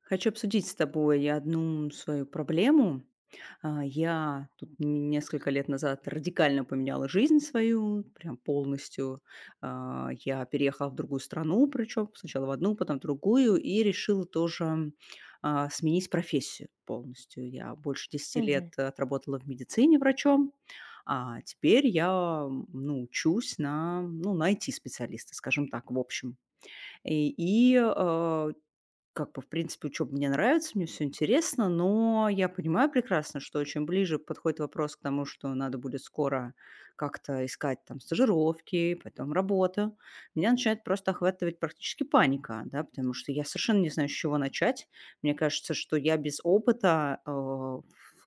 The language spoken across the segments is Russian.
Хочу обсудить с тобой одну свою проблему. Я тут несколько лет назад радикально поменяла жизнь свою, прям полностью. Я переехала в другую страну, причем сначала в одну, потом в другую, и решила тоже сменить профессию полностью. Я больше десяти Мгм. лет отработала в медицине врачом, а теперь я ну, учусь на, ну, на IT-специалиста, скажем так, в общем. И, и, э, как бы, в принципе, учеба мне нравится, мне все интересно, но я понимаю прекрасно, что чем ближе подходит вопрос к тому, что надо будет скоро как-то искать там стажировки, потом работу, меня начинает просто охватывать практически паника, да, потому что я совершенно не знаю, с чего начать. Мне кажется, что я без опыта,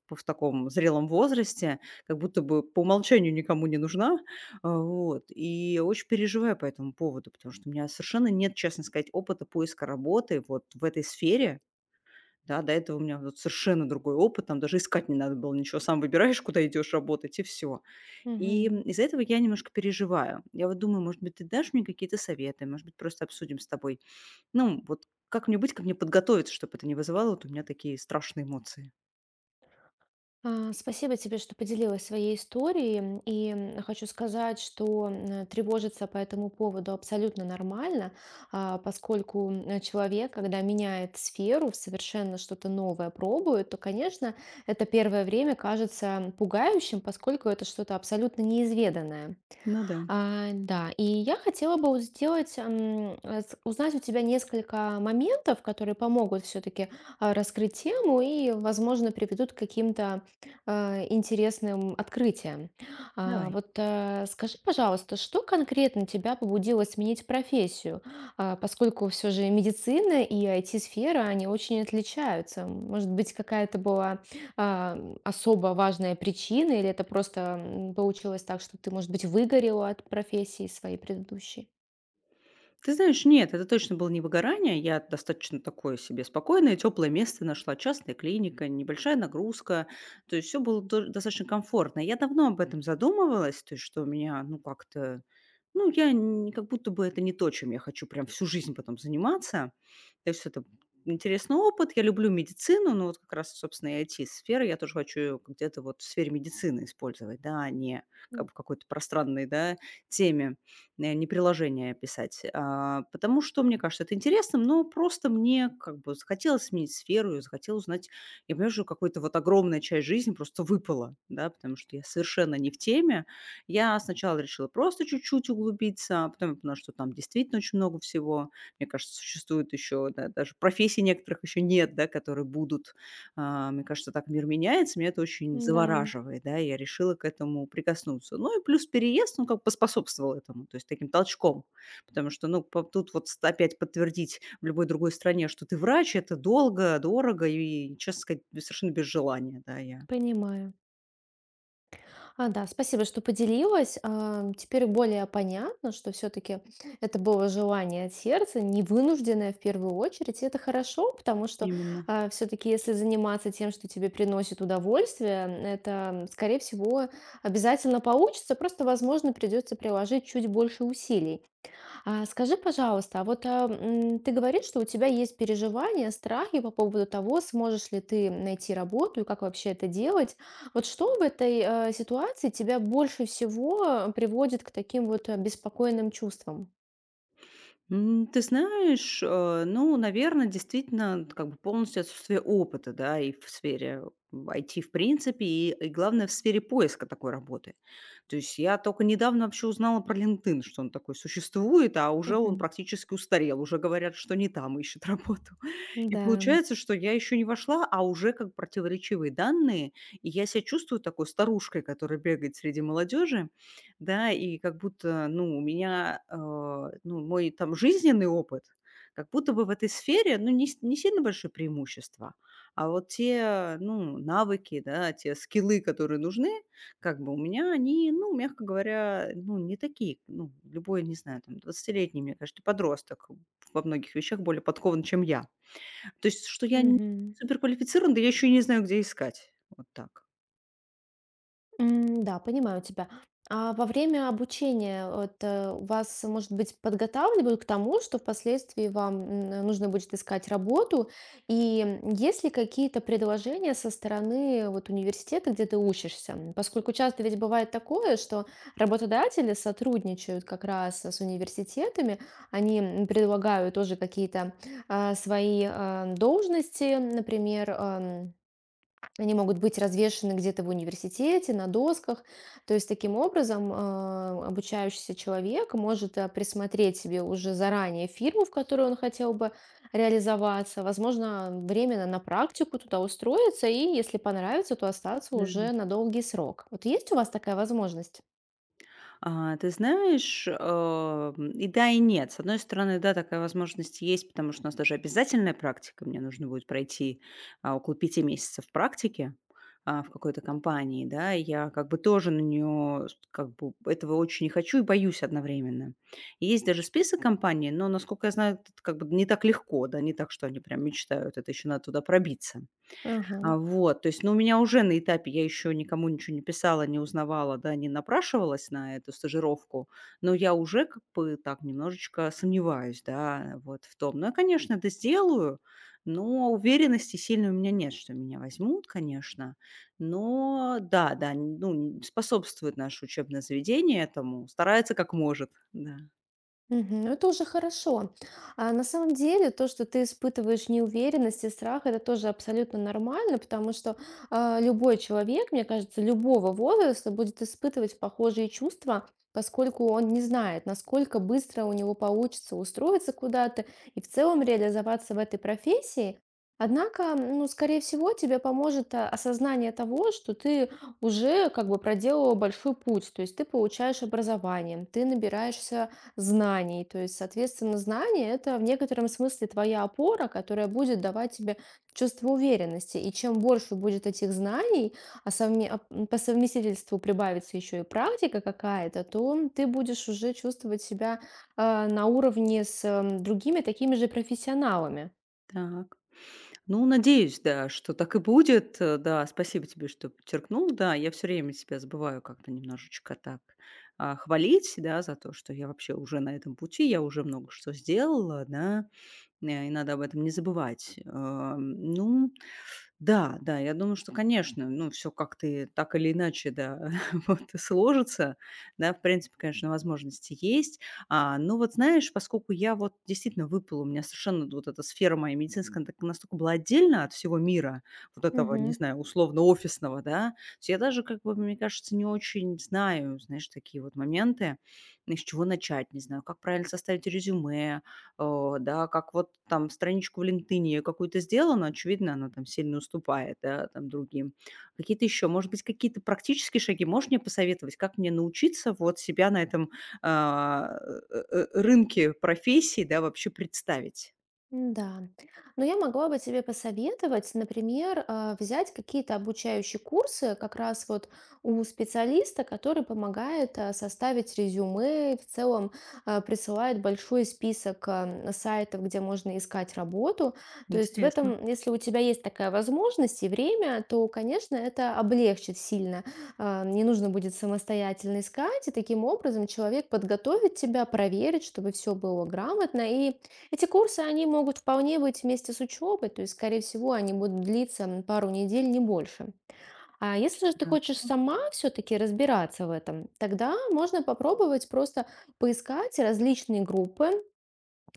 в таком зрелом возрасте как будто бы по умолчанию никому не нужна, а, вот. И я очень переживаю по этому поводу, потому что у меня совершенно нет, честно сказать, опыта поиска работы вот в этой сфере. Да, до этого у меня вот совершенно другой опыт, там даже искать не надо было ничего, сам выбираешь, куда идешь работать, и все. И Мгм. из-за этого я немножко переживаю. Я вот думаю, может быть, ты дашь мне какие-то советы, может быть, просто обсудим с тобой. Ну, вот как мне быть, как мне подготовиться, чтобы это не вызывало вот у меня такие страшные эмоции. Спасибо тебе, что поделилась своей историей. И хочу сказать, что тревожиться по этому поводу абсолютно нормально, поскольку человек, когда меняет сферу, совершенно что-то новое пробует, то, конечно, это первое время кажется пугающим, поскольку это что-то абсолютно неизведанное. Ну да, Да, и я хотела бы вот сделать, узнать у тебя несколько моментов, которые помогут все-таки раскрыть тему и, возможно, приведут к каким-то интересным открытиям. А, давай. Вот э, скажи, пожалуйста, что конкретно тебя побудило сменить профессию, поскольку все же медицина и IT-сфера, они очень отличаются. Может быть, какая-то была а, особо важная причина, или это просто получилось так, что ты, может быть, выгорела от профессии своей предыдущей? Ты знаешь, нет, это точно было не выгорание. Я достаточно такое себе спокойное, теплое место нашла, частная клиника, небольшая нагрузка. То есть все было достаточно комфортно. Я давно об этом задумывалась, то есть что у меня, ну, как-то... Ну, я не- как будто бы это не то, чем я хочу прям всю жизнь потом заниматься. То есть это интересный опыт. Я люблю медицину, но вот как раз, собственно, и IT-сфера. Я тоже хочу её где-то вот в сфере медицины использовать, да, а не М, как бы в какой-то пространной, да, теме не приложение писать. А, потому что мне кажется это интересным, но просто мне как бы захотелось сменить сферу, я захотела узнать. Я понимаю, что какая-то вот огромная часть жизни просто выпала, да, потому что я совершенно не в теме. Я сначала решила просто чуть-чуть углубиться, а потом я поняла, что там действительно очень много всего. Мне кажется, существует еще, да, даже профессий некоторых еще нет, да, которые будут мне кажется, так мир меняется, меня это очень Да, завораживает, да, и я решила к этому прикоснуться. Ну и плюс переезд, он как бы поспособствовал этому, то есть таким толчком, потому что, ну, тут вот опять подтвердить в любой другой стране, что ты врач, это долго, дорого и, честно сказать, совершенно без желания, да, я. понимаю. Да, спасибо, что поделилась. Теперь более понятно, что все-таки это было желание от сердца, не вынужденное в первую очередь. И это хорошо, потому что Именно. все-таки если заниматься тем, что тебе приносит удовольствие, это, скорее всего, обязательно получится. Просто, возможно, придется приложить чуть больше усилий. А скажи, пожалуйста, ты говоришь, что у тебя есть переживания, страхи по поводу того, сможешь ли ты найти работу и как вообще это делать. Вот что в этой ситуации тебя больше всего приводит к таким вот беспокойным чувствам? Ты знаешь, ну, наверное, действительно, как бы полностью отсутствие опыта, да, и в сфере в IT в принципе, и главное, в сфере поиска такой работы. То есть я только недавно вообще узнала про LinkedIn, что он такой существует, а уже он Мгм. практически устарел, уже говорят, что не там ищет работу. И Да. получается, что я еще не вошла, а уже как противоречивые данные, и я себя чувствую такой старушкой, которая бегает среди молодежи. Да, и как будто, ну, у меня, ну, мой там жизненный опыт, как будто бы в этой сфере, ну, не, не сильно большое преимущество, а вот те, ну, навыки, да, те скиллы, которые нужны, как бы у меня они, ну, мягко говоря, ну, не такие, ну, любой, не знаю, там, двадцатилетний мне кажется, подросток во многих вещах более подкован, чем я. То есть, что я не Мгм. суперквалифицирован, да я еще и не знаю, где искать. Вот так. Да, понимаю тебя. А во время обучения вас, может быть, подготавливают к тому, что впоследствии вам нужно будет искать работу? И есть ли какие-то предложения со стороны вот, университета, где ты учишься? Поскольку часто ведь бывает такое, что работодатели сотрудничают как раз с университетами, они предлагают тоже какие-то свои должности, например, они могут быть развешаны где-то в университете, на досках. То есть таким образом обучающийся человек может присмотреть себе уже заранее фирму, в которую он хотел бы реализоваться, возможно, временно на практику туда устроиться и, если понравится, то остаться уже на долгий срок. Вот есть у вас такая возможность? Ты знаешь, и да, и нет. С одной стороны, да, такая возможность есть, потому что у нас даже обязательная практика. Мне нужно будет пройти, около пяти месяцев практики, в какой-то компании, да. И я как бы тоже на нее, как бы этого очень не хочу, и боюсь одновременно. И есть даже список компаний, но, насколько я знаю, тут как бы не так легко, да, не так, что они прям мечтают. Это еще надо туда пробиться. Ага. А, вот, то есть, ну, у меня уже на этапе, я еще никому ничего не писала, не узнавала, да, не напрашивалась на эту стажировку, но я уже как бы так немножечко сомневаюсь, да, вот в том. Ну, я, конечно, это сделаю, но уверенности сильной у меня нет, что меня возьмут, конечно. Но да, да, ну, способствует наше учебное заведение этому, старается как может, да. Мгм. Ну, это уже хорошо. А на самом деле то, что ты испытываешь неуверенность и страх, это тоже абсолютно нормально, потому что любой человек, мне кажется, любого возраста будет испытывать похожие чувства, поскольку он не знает, насколько быстро у него получится устроиться куда-то и в целом реализоваться в этой профессии. Однако, ну, скорее всего, тебе поможет осознание того, что ты уже как бы проделала большой путь, то есть ты получаешь образование, ты набираешься знаний. То есть, соответственно, знание – это в некотором смысле твоя опора, которая будет давать тебе чувство уверенности. И чем больше будет этих знаний, по совместительству прибавится еще и практика какая-то, то ты будешь уже чувствовать себя на уровне с другими такими же профессионалами. Так. Ну, надеюсь, да, что так и будет. Да, спасибо тебе, что подчеркнул. Да, я все время себя забываю как-то немножечко так, хвалить, да, за то, что я вообще уже на этом пути, я уже много что сделала, да, и надо об этом не забывать. Ну да, да, я думаю, что, конечно, ну, все как-то и так или иначе, да, вот и сложится. Да, в принципе, конечно, возможности есть. Ну вот знаешь, поскольку я вот действительно выпала, у меня совершенно вот эта сфера моя медицинская, она так настолько была отдельно от всего мира, вот этого, не знаю, условно-офисного, да, что я даже, как бы, мне кажется, не очень знаю, знаешь, такие вот моменты, ну, с чего начать, не знаю, как правильно составить резюме, да, как вот там страничку в LinkedIn я какую-то сделала, но, очевидно, она там сильно уступает, да, там другим. Какие-то еще, может быть, какие-то практические шаги можешь мне посоветовать, как мне научиться вот себя на этом а, рынке профессий, да, вообще представить. Да. Но я могла бы тебе посоветовать, например, взять какие-то обучающие курсы как раз вот у специалиста, который помогает составить резюме, в целом присылает большой список сайтов, где можно искать работу. То есть в Интересно. этом, если у тебя есть такая возможность и время, то, конечно, это облегчит сильно. Не нужно будет самостоятельно искать, и таким образом человек подготовит тебя, проверит, чтобы все было грамотно, и эти курсы, они могут вполне быть вместе с учебой, то есть, скорее всего, они будут длиться пару недель, не больше. А если же ты хочешь Ясно. сама все-таки разбираться в этом, тогда можно попробовать просто поискать различные группы,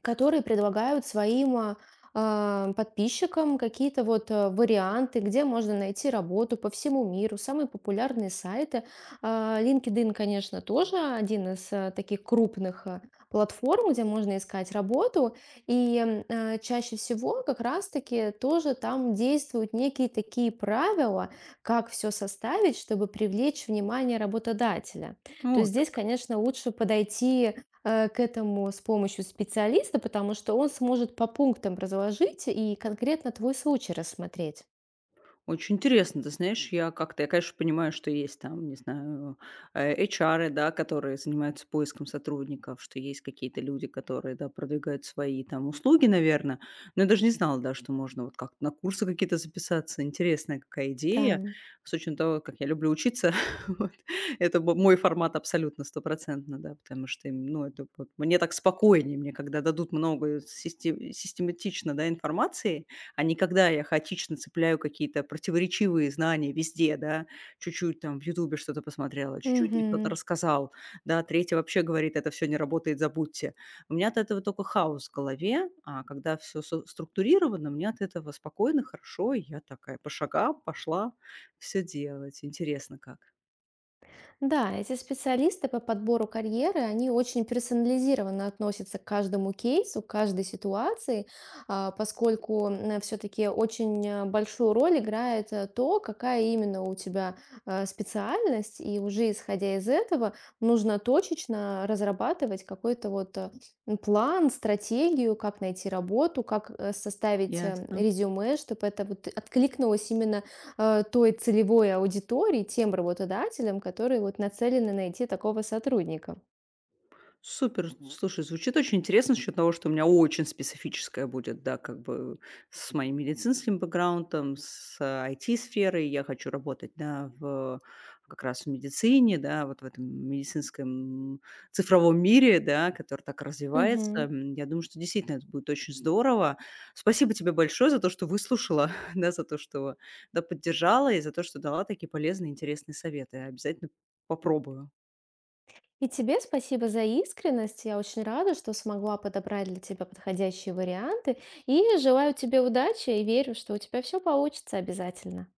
которые предлагают своим подписчикам какие-то вот варианты, где можно найти работу по всему миру. Самые популярные сайты. LinkedIn, конечно, тоже один из таких крупных платформ, где можно искать работу. И чаще всего как раз-таки тоже там действуют некие такие правила, как все составить, чтобы привлечь внимание работодателя. То Ну, есть вот здесь, как. конечно, лучше подойти к этому с помощью специалиста, потому что он сможет по пунктам разложить и конкретно твой случай рассмотреть. Очень интересно, ты знаешь, я как-то, я, конечно, понимаю, что есть там, не знаю, HR, да, которые занимаются поиском сотрудников, что есть какие-то люди, которые, да, продвигают свои там услуги, наверное, но я даже не знала, да, что можно вот как-то на курсы какие-то записаться. Интересная какая Да. идея, с учетом того, как я люблю учиться, вот, это мой формат абсолютно стопроцентно, да, потому что, ну, это вот мне так спокойнее, мне когда дадут много систематично, да, информации, а не когда я хаотично цепляю какие-то противоречивые знания везде, да, чуть-чуть там в "Ютубе" что-то посмотрела, чуть-чуть мне кто-то Мгм. рассказал, да, третий вообще говорит: "Это все не работает, забудьте". У меня от этого только хаос в голове, а когда все со структурировано, мне от этого спокойно, хорошо. И я такая по шагам пошла все делать. Интересно как. Да, эти специалисты по подбору карьеры, они очень персонализированно относятся к каждому кейсу, к каждой ситуации, поскольку все-таки очень большую роль играет то, какая именно у тебя специальность, и уже исходя из этого нужно точечно разрабатывать какой-то вот план, стратегию, как найти работу, как составить Ясно. резюме, чтобы это вот откликнулось именно той целевой аудитории, тем работодателям, которые вот нацелены найти такого сотрудника. Супер. Слушай, звучит очень интересно с счет того, что у меня очень специфическое будет, да, как бы с моим медицинским бэкграундом, с IT-сферой. Я хочу работать, да, в, как раз в медицине, да, вот в этом медицинском цифровом мире, да, который так развивается. Мгм. Я думаю, что действительно это будет очень здорово. Спасибо тебе большое за то, что выслушала, да, за то, что да, поддержала и за то, что дала такие полезные, интересные советы. Обязательно попробую. И тебе спасибо за искренность. Я очень рада, что смогла подобрать для тебя подходящие варианты. И желаю тебе удачи и верю, что у тебя все получится обязательно.